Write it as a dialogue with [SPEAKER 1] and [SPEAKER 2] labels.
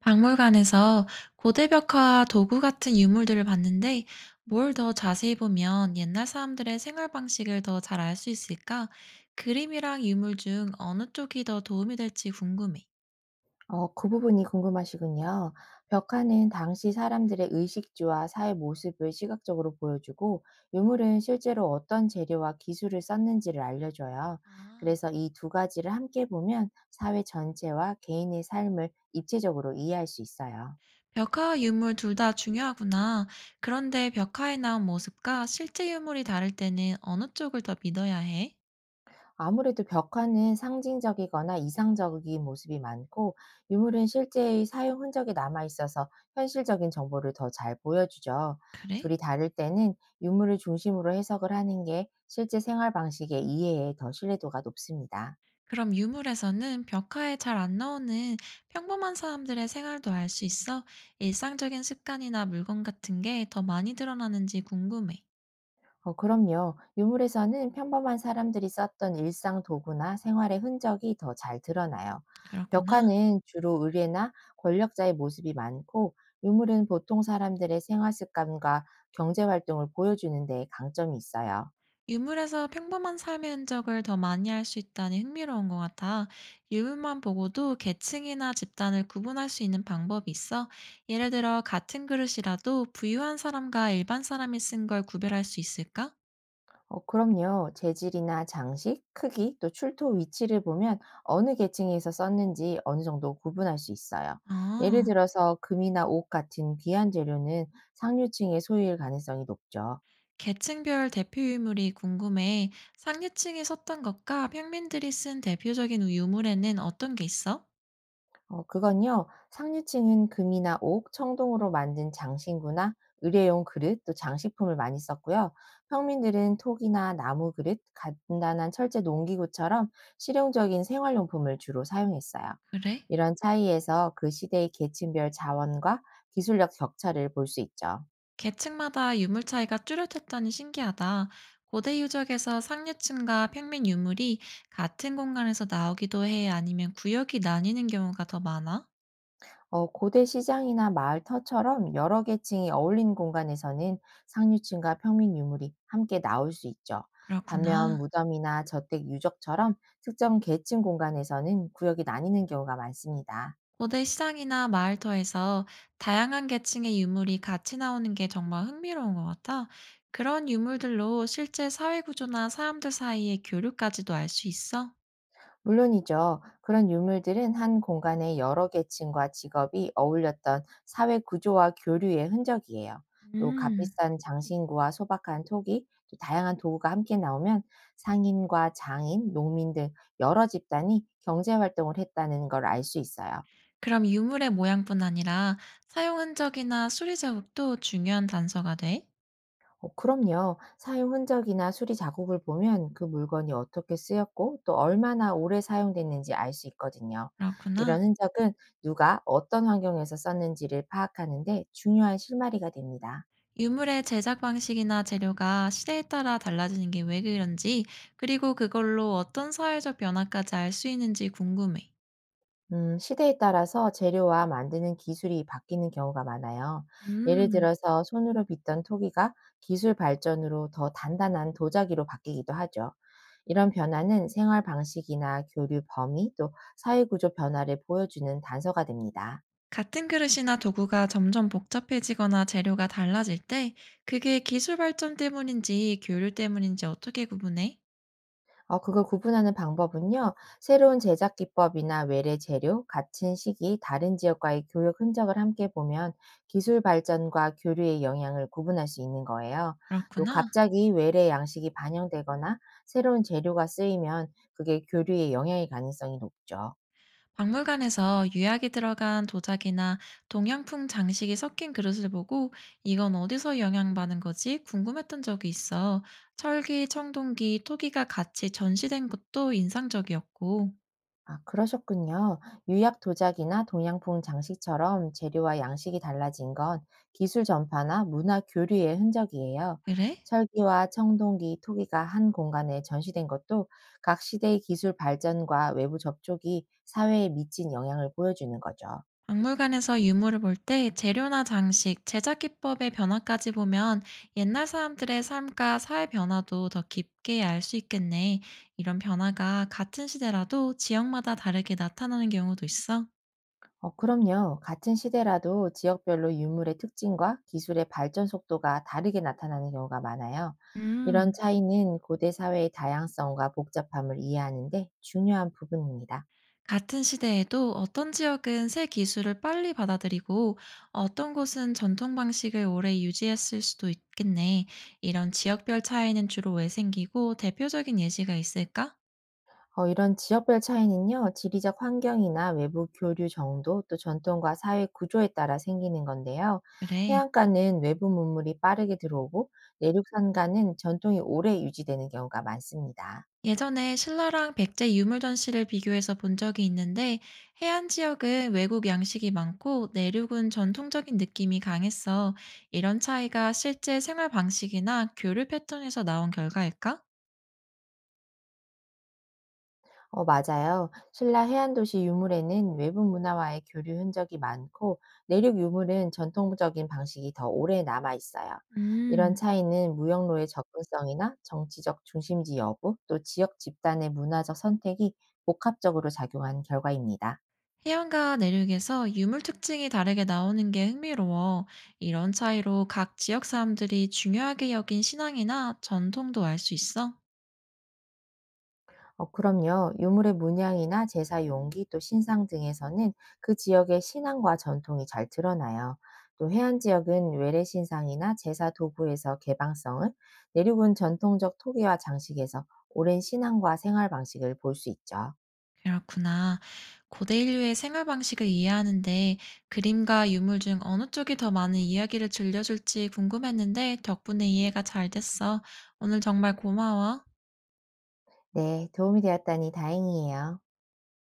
[SPEAKER 1] 박물관에서 고대벽화와 도구 같은 유물들을 봤는데 뭘 더 자세히 보면 옛날 사람들의 생활 방식을 더 잘 알 수 있을까? 그림이랑 유물 중 어느 쪽이 더 도움이 될지 궁금해.
[SPEAKER 2] 그 부분이 궁금하시군요. 벽화는 당시 사람들의 의식주와 사회 모습을 시각적으로 보여주고, 유물은 실제로 어떤 재료와 기술을 썼는지를 알려줘요.
[SPEAKER 1] 아,
[SPEAKER 2] 그래서 이 두 가지를 함께 보면 사회 전체와 개인의 삶을 입체적으로 이해할 수 있어요.
[SPEAKER 1] 벽화와 유물 둘 다 중요하구나. 그런데 벽화에 나온 모습과 실제 유물이 다를 때는 어느 쪽을 더 믿어야 해?
[SPEAKER 2] 아무래도 벽화는 상징적이거나 이상적인 모습이 많고 유물은 실제의 사용 흔적이 남아 있어서 현실적인 정보를 더 잘 보여주죠.
[SPEAKER 1] 그래?
[SPEAKER 2] 둘이 다를 때는 유물을 중심으로 해석을 하는 게 실제 생활 방식의 이해에 더 신뢰도가 높습니다.
[SPEAKER 1] 그럼 유물에서는 벽화에 잘 안 나오는 평범한 사람들의 생활도 알 수 있어 일상적인 습관이나 물건 같은 게 더 많이 드러나는지 궁금해.
[SPEAKER 2] 그럼요. 유물에서는 평범한 사람들이 썼던 일상 도구나 생활의 흔적이 더 잘 드러나요.
[SPEAKER 1] 그렇구나.
[SPEAKER 2] 벽화는 주로 의뢰나 권력자의 모습이 많고, 유물은 보통 사람들의 생활 습관과 경제 활동을 보여주는 데 강점이 있어요.
[SPEAKER 1] 유물에서 평범한 삶의 흔적을 더 많이 알 수 있다니 흥미로운 것 같아. 유물만 보고도 계층이나 집단을 구분할 수 있는 방법이 있어. 예를 들어 같은 그릇이라도 부유한 사람과 일반 사람이 쓴 걸 구별할 수 있을까?
[SPEAKER 2] 그럼요. 재질이나 장식, 크기, 또 출토 위치를 보면 어느 계층에서 썼는지 어느 정도 구분할 수 있어요. 예를
[SPEAKER 1] 아.
[SPEAKER 2] 들어서 금이나 옷 같은 귀한 재료는 상류층의 소유일 가능성이 높죠.
[SPEAKER 1] 계층별 대표 유물이 궁금해. 상류층이 썼던 것과 평민들이 쓴 대표적인 유물에는 어떤 게 있어?
[SPEAKER 2] 그건요, 상류층은 금이나 옥, 청동으로 만든 장신구나 의뢰용 그릇, 또 장식품을 많이 썼고요. 평민들은 톡이나 나무 그릇, 간단한 철제 농기구처럼 실용적인 생활용품을 주로 사용했어요.
[SPEAKER 1] 그래?
[SPEAKER 2] 이런 차이에서 그 시대의 계층별 자원과 기술력 격차를 볼 수 있죠.
[SPEAKER 1] 계층마다 유물 차이가 뚜렷했다니 신기하다. 고대 유적에서 상류층과 평민 유물이 같은 공간에서 나오기도 해 아니면 구역이 나뉘는 경우가 더 많아?
[SPEAKER 2] 고대 시장이나 마을 터처럼 여러 계층이 어울린 공간에서는 상류층과 평민 유물이 함께 나올 수 있죠. 반면
[SPEAKER 1] 그렇구나.
[SPEAKER 2] 무덤이나 저택 유적처럼 특정 계층 공간에서는 구역이 나뉘는 경우가 많습니다.
[SPEAKER 1] 고대 시장이나 마을터에서 다양한 계층의 유물이 같이 나오는 게 정말 흥미로운 것 같아. 그런 유물들로 실제 사회 구조나 사람들 사이의 교류까지도 알 수 있어?
[SPEAKER 2] 물론이죠. 그런 유물들은 한 공간의 여러 계층과 직업이 어울렸던 사회 구조와 교류의 흔적이에요. 또
[SPEAKER 1] 음.
[SPEAKER 2] 값비싼 장신구와 소박한 토기, 또 다양한 도구가 함께 나오면 상인과 장인, 농민 등 여러 집단이 경제 활동을 했다는 걸 알 수 있어요.
[SPEAKER 1] 그럼 유물의 모양뿐 아니라 사용 흔적이나 수리 자국도 중요한 단서가 돼?
[SPEAKER 2] 그럼요. 사용 흔적이나 수리 자국을 보면 그 물건이 어떻게 쓰였고 또 얼마나 오래 사용됐는지 알 수 있거든요.
[SPEAKER 1] 그렇구나.
[SPEAKER 2] 이런 흔적은 누가 어떤 환경에서 썼는지를 파악하는데 중요한 실마리가 됩니다.
[SPEAKER 1] 유물의 제작 방식이나 재료가 시대에 따라 달라지는 게 왜 그런지, 그리고 그걸로 어떤 사회적 변화까지 알 수 있는지 궁금해.
[SPEAKER 2] 시대에 따라서 재료와 만드는 기술이 바뀌는 경우가 많아요. 예를
[SPEAKER 1] 음.
[SPEAKER 2] 들어서 손으로 빚던 토기가 기술 발전으로 더 단단한 도자기로 바뀌기도 하죠. 이런 변화는 생활 방식이나 교류 범위 또 사회 구조 변화를 보여주는 단서가 됩니다.
[SPEAKER 1] 같은 그릇이나 도구가 점점 복잡해지거나 재료가 달라질 때 그게 기술 발전 때문인지 교류 때문인지 어떻게 구분해?
[SPEAKER 2] 그걸 구분하는 방법은요. 새로운 제작 기법이나 외래 재료, 같은 시기 다른 지역과의 교육 흔적을 함께 보면 기술 발전과 교류의 영향을 구분할 수 있는 거예요. 또
[SPEAKER 1] 그렇구나.
[SPEAKER 2] 갑자기 외래 양식이 반영되거나 새로운 재료가 쓰이면 그게 교류에 영향의 가능성이 높죠.
[SPEAKER 1] 박물관에서 유약이 들어간 도자기나 동양풍 장식이 섞인 그릇을 보고 이건 어디서 영향받은 거지 궁금했던 적이 있어. 철기, 청동기, 토기가 같이 전시된 것도 인상적이었고.
[SPEAKER 2] 아, 그러셨군요. 유약 도자기나 동양풍 장식처럼 재료와 양식이 달라진 건 기술 전파나 문화 교류의 흔적이에요.
[SPEAKER 1] 그래?
[SPEAKER 2] 철기와 청동기, 토기가 한 공간에 전시된 것도 각 시대의 기술 발전과 외부 접촉이 사회에 미친 영향을 보여주는 거죠.
[SPEAKER 1] 박물관에서 유물을 볼 때 재료나 장식, 제작 기법의 변화까지 보면 옛날 사람들의 삶과 사회 변화도 더 깊게 알 수 있겠네. 이런 변화가 같은 시대라도 지역마다 다르게 나타나는 경우도 있어.
[SPEAKER 2] 그럼요. 같은 시대라도 지역별로 유물의 특징과 기술의 발전 속도가 다르게 나타나는 경우가 많아요. 이런
[SPEAKER 1] 음,
[SPEAKER 2] 차이는 고대 사회의 다양성과 복잡함을 이해하는데 중요한 부분입니다.
[SPEAKER 1] 같은 시대에도 어떤 지역은 새 기술을 빨리 받아들이고 어떤 곳은 전통 방식을 오래 유지했을 수도 있겠네. 이런 지역별 차이는 주로 왜 생기고 대표적인 예시가 있을까?
[SPEAKER 2] 이런 지역별 차이는요, 지리적 환경이나 외부 교류 정도, 또 전통과 사회 구조에 따라 생기는 건데요.
[SPEAKER 1] 그래.
[SPEAKER 2] 해안가는 외부 문물이 빠르게 들어오고, 내륙 산가는 전통이 오래 유지되는 경우가 많습니다.
[SPEAKER 1] 예전에 신라랑 백제 유물 전시를 비교해서 본 적이 있는데 해안 지역은 외국 양식이 많고 내륙은 전통적인 느낌이 강했어. 이런 차이가 실제 생활 방식이나 교류 패턴에서 나온 결과일까?
[SPEAKER 2] 맞아요. 신라 해안도시 유물에는 외부 문화와의 교류 흔적이 많고, 내륙 유물은 전통적인 방식이 더 오래 남아 있어요. 이런
[SPEAKER 1] 음.
[SPEAKER 2] 차이는 무역로의 접근성이나 정치적 중심지 여부, 또 지역 집단의 문화적 선택이 복합적으로 작용한 결과입니다.
[SPEAKER 1] 해안과 내륙에서 유물 특징이 다르게 나오는 게 흥미로워. 이런 차이로 각 지역 사람들이 중요하게 여긴 신앙이나 전통도 알 수 있어?
[SPEAKER 2] 그럼요. 유물의 문양이나 제사 용기 또 신상 등에서는 그 지역의 신앙과 전통이 잘 드러나요. 또 해안 지역은 외래 신상이나 제사 도구에서 개방성을, 내륙은 전통적 토기와 장식에서 오랜 신앙과 생활 방식을 볼 수 있죠.
[SPEAKER 1] 그렇구나. 고대 인류의 생활 방식을 이해하는데 그림과 유물 중 어느 쪽이 더 많은 이야기를 들려줄지 궁금했는데 덕분에 이해가 잘 됐어. 오늘 정말 고마워.
[SPEAKER 2] 네, 도움이 되었다니 다행이에요.